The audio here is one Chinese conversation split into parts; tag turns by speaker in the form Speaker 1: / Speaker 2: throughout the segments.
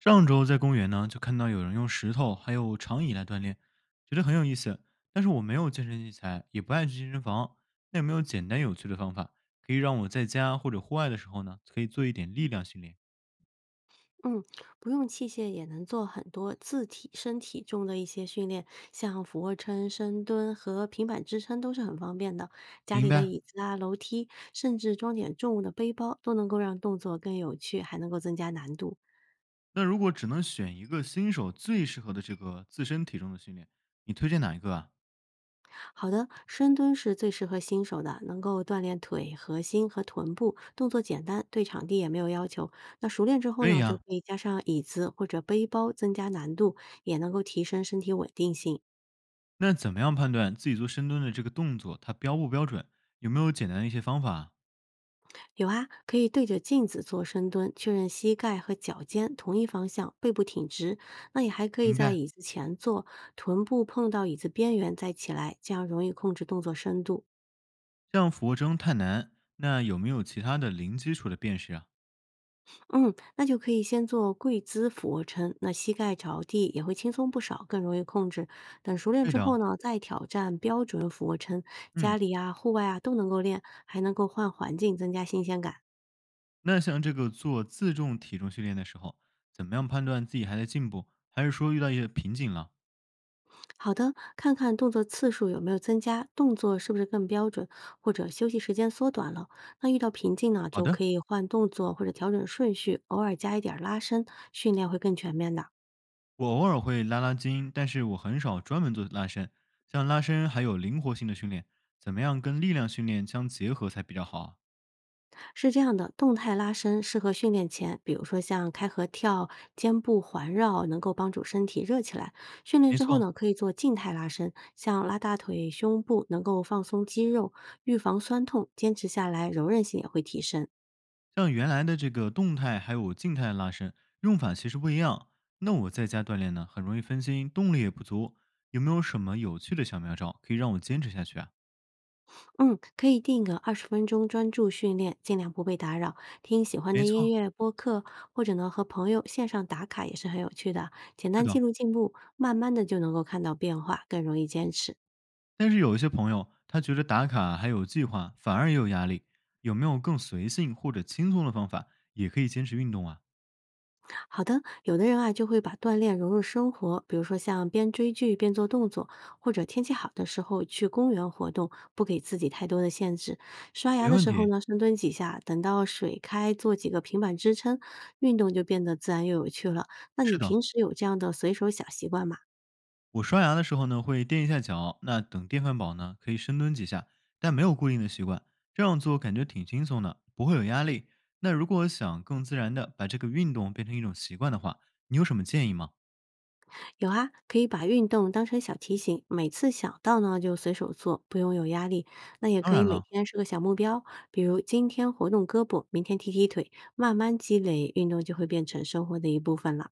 Speaker 1: 上周在公园呢，就看到有人用石头还有长椅来锻炼，觉得很有意思。但是我没有健身器材，也不爱去健身房。那有没有简单有趣的方法，可以让我在家或者户外的时候呢，可以做一点力量训练？
Speaker 2: 嗯，不用器械也能做很多自体身体重的一些训练，像俯卧撑、深蹲和平板支撑都是很方便的。家
Speaker 1: 明
Speaker 2: 里的
Speaker 1: 白。
Speaker 2: 椅子啊、楼梯，甚至装点重物的背包，都能够让动作更有趣，还能够增加难度。
Speaker 1: 那如果只能选一个新手最适合的这个自身体重的训练，你推荐哪一个啊？
Speaker 2: 好的，深蹲是最适合新手的，能够锻炼腿、核心和臀部，动作简单，对场地也没有要求。那熟练之后
Speaker 1: 可以
Speaker 2: 呢，就
Speaker 1: 啊。
Speaker 2: 可以加上椅子或者背包，增加难度，也能够提升身体稳定性。
Speaker 1: 那怎么样判断自己做深蹲的这个动作它标不标准？有没有简单的一些方法啊？
Speaker 2: 有啊，可以对着镜子做深蹲，确认膝盖和脚尖同一方向，背部挺直。那也还可以
Speaker 1: 明
Speaker 2: 在
Speaker 1: 白。
Speaker 2: 椅子前坐，臀部碰到椅子边缘再起来，这样容易控制动作深度。
Speaker 1: 像俯卧撑太难，那有没有其他的零基础的辨识啊？
Speaker 2: 嗯，那就可以先做跪姿俯卧撑，那膝盖着地也会轻松不少，更容易控制。等熟练
Speaker 1: 对
Speaker 2: 之后
Speaker 1: 的，
Speaker 2: 呢，再挑战标准俯卧撑，
Speaker 1: 嗯，
Speaker 2: 家里啊、户外啊都能够练，还能够换环境，增加新鲜感。
Speaker 1: 那像这个做自重体重训练的时候，怎么样判断自己还在进步，还是说遇到一些瓶颈了？
Speaker 2: 好的，看看动作次数有没有增加，动作是不是更标准，或者休息时间缩短了。那遇到瓶颈呢，
Speaker 1: 好
Speaker 2: 就
Speaker 1: 的，
Speaker 2: 可以换动作或者调整顺序，偶尔加一点儿拉伸，训练会更全面的。
Speaker 1: 我偶尔会拉拉筋，但是我很少专门做拉伸。像拉伸还有灵活性的训练，怎么样跟力量训练相结合才比较好啊？
Speaker 2: 是这样的，动态拉伸适合训练前，比如说像开合跳、肩部环绕，能够帮助身体热起来。训练
Speaker 1: 没
Speaker 2: 之后
Speaker 1: 错，
Speaker 2: 呢，可以做静态拉伸，像拉大腿、胸部，能够放松肌肉，预防酸痛，坚持下来柔韧性也会提升。
Speaker 1: 像原来的这个动态还有静态拉伸用法其实不一样。那我在家锻炼呢，很容易分心，动力也不足。有没有什么有趣的小妙招可以让我坚持下去啊？
Speaker 2: 嗯，可以定个20分钟专注训练，尽量不被打扰，听喜欢的
Speaker 1: 没
Speaker 2: 音
Speaker 1: 错，
Speaker 2: 乐播客，或者呢和朋友线上打卡也是很有趣的。简
Speaker 1: 是
Speaker 2: 单记
Speaker 1: 的，
Speaker 2: 录进步，慢慢的就能够看到变化，更容易坚持。
Speaker 1: 但是有一些朋友，他觉得打卡还有计划，反而也有压力。有没有更随性或者轻松的方法，也可以坚持运动啊？
Speaker 2: 好的，有的人啊就会把锻炼融入生活，比如说像边追剧边做动作，或者天气好的时候去公园活动，不给自己太多的限制。刷牙
Speaker 1: 没
Speaker 2: 的
Speaker 1: 问
Speaker 2: 时候
Speaker 1: 题。
Speaker 2: 呢，深蹲几下，等到水开做几个平板支撑，运动就变得自然又有趣了。那你
Speaker 1: 是的，
Speaker 2: 平时有这样的随手小习惯吗？
Speaker 1: 我刷牙的时候呢，会垫一下脚，那等电饭煲呢，可以深蹲几下，但没有固定的习惯。这样做感觉挺轻松的，不会有压力。那如果想更自然的把这个运动变成一种习惯的话，你有什么建议吗？
Speaker 2: 有啊，可以把运动当成小提醒，每次想到呢就随手做，不用有压力。那也
Speaker 1: 当
Speaker 2: 可以
Speaker 1: 然
Speaker 2: 每
Speaker 1: 了，
Speaker 2: 天设个小目标，比如今天活动胳膊，明天踢踢腿，慢慢积累，运动就会变成生活的一部分了。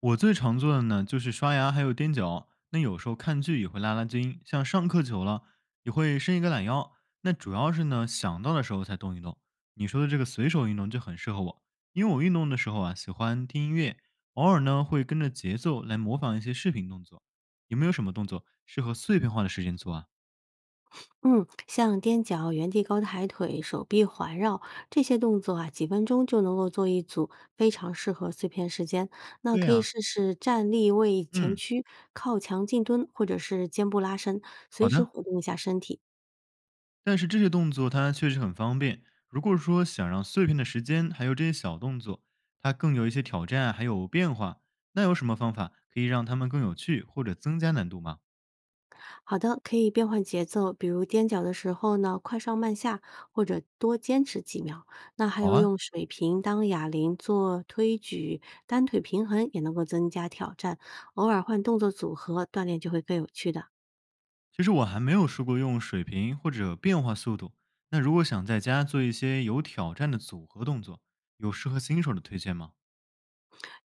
Speaker 1: 我最常做的呢，就是刷牙还有踮脚。那有时候看剧也会拉拉筋，像上课久了也会伸一个懒腰。那主要是呢，想到的时候才动一动。你说的这个随手运动就很适合我，因为我运动的时候啊，喜欢听音乐，偶尔呢会跟着节奏来模仿一些视频动作。有没有什么动作适合碎片化的时间做啊？
Speaker 2: 嗯，像踮脚、原地高抬腿、手臂环绕这些动作啊，几分钟就能够做一组，非常适合碎片时间。那
Speaker 1: 对
Speaker 2: 可以
Speaker 1: 呀、
Speaker 2: 试试站立位前
Speaker 1: 嗯，
Speaker 2: 屈、靠墙静蹲，或者是肩部拉伸，随
Speaker 1: 好
Speaker 2: 时
Speaker 1: 的。
Speaker 2: 活动一下身体。
Speaker 1: 但是这些动作它确实很方便。如果说想让碎片的时间还有这些小动作，它更有一些挑战还有变化，那有什么方法可以让它们更有趣或者增加难度吗？
Speaker 2: 好的，可以变换节奏，比如踮脚的时候呢，快上慢下，或者多坚持几秒。那还
Speaker 1: 好
Speaker 2: 有
Speaker 1: 啊，
Speaker 2: 用水瓶当哑铃做推举、单腿平衡，也能够增加挑战。偶尔换动作组合，锻炼就会更有趣的。
Speaker 1: 其实我还没有试过用水平或者变化速度。那如果想在家做一些有挑战的组合动作，有适合新手的推荐吗？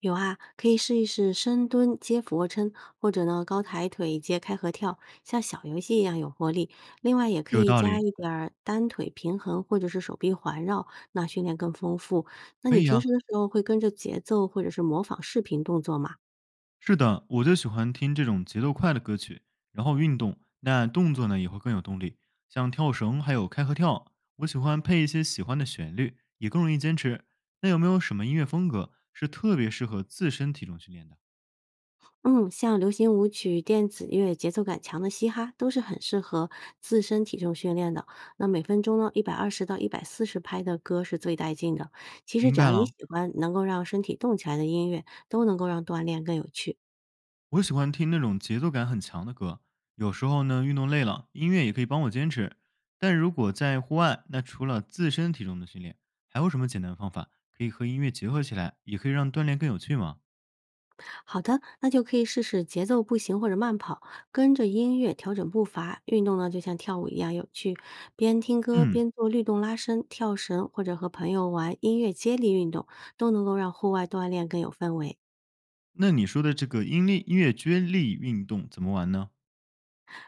Speaker 2: 有啊，可以试一试深蹲接俯卧撑，或者呢高抬腿接开合跳，像小游戏一样有活力。另外，也可
Speaker 1: 有
Speaker 2: 以
Speaker 1: 道
Speaker 2: 加
Speaker 1: 理，
Speaker 2: 一点儿单腿平衡或者是手臂环绕，那训练更丰富。那
Speaker 1: 可
Speaker 2: 你
Speaker 1: 以
Speaker 2: 平
Speaker 1: 啊。
Speaker 2: 时的时候会跟着节奏或者是模仿视频动作吗？
Speaker 1: 是的，我就喜欢听这种节奏快的歌曲，然后运动，那动作呢也会更有动力，像跳绳还有开合跳，我喜欢配一些喜欢的旋律，也更容易坚持。那有没有什么音乐风格是特别适合自身体重训练的？
Speaker 2: 嗯，像流行舞曲、电子乐、节奏感强的嘻哈，都是很适合自身体重训练的。那每分钟呢，120到140拍的歌是最带劲的。其实
Speaker 1: 明
Speaker 2: 只
Speaker 1: 白
Speaker 2: 要你喜
Speaker 1: 了，
Speaker 2: 欢能够让身体动起来的音乐，都能够让锻炼更有趣。
Speaker 1: 我喜欢听那种节奏感很强的歌，有时候呢运动累了，音乐也可以帮我坚持。但如果在户外，那除了自身体重的训练，还有什么简单方法可以和音乐结合起来，也可以让锻炼更有趣吗？
Speaker 2: 好的，那就可以试试节奏步行或者慢跑，跟着音乐调整步伐。运动呢，就像跳舞一样有趣，边听歌
Speaker 1: 嗯。
Speaker 2: 边做律动拉伸、跳绳，或者和朋友玩音乐接力运动，都能够让户外锻炼更有氛围。
Speaker 1: 那你说的这个音力音乐接力运动怎么玩呢？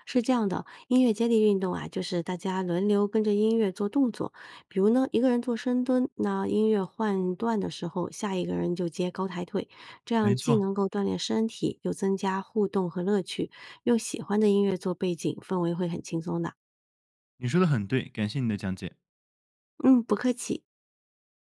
Speaker 2: 是这样的，音乐接力运动啊，就是大家轮流跟着音乐做动作。比如呢，一个人做深蹲，那音乐换段的时候，下一个人就接高抬腿，这样
Speaker 1: 没
Speaker 2: 既
Speaker 1: 错，
Speaker 2: 能够锻炼身体，又增加互动和乐趣。用喜欢的音乐做背景，氛围会很轻松的。
Speaker 1: 你说的很对，感谢你的讲解。
Speaker 2: 嗯，不客气。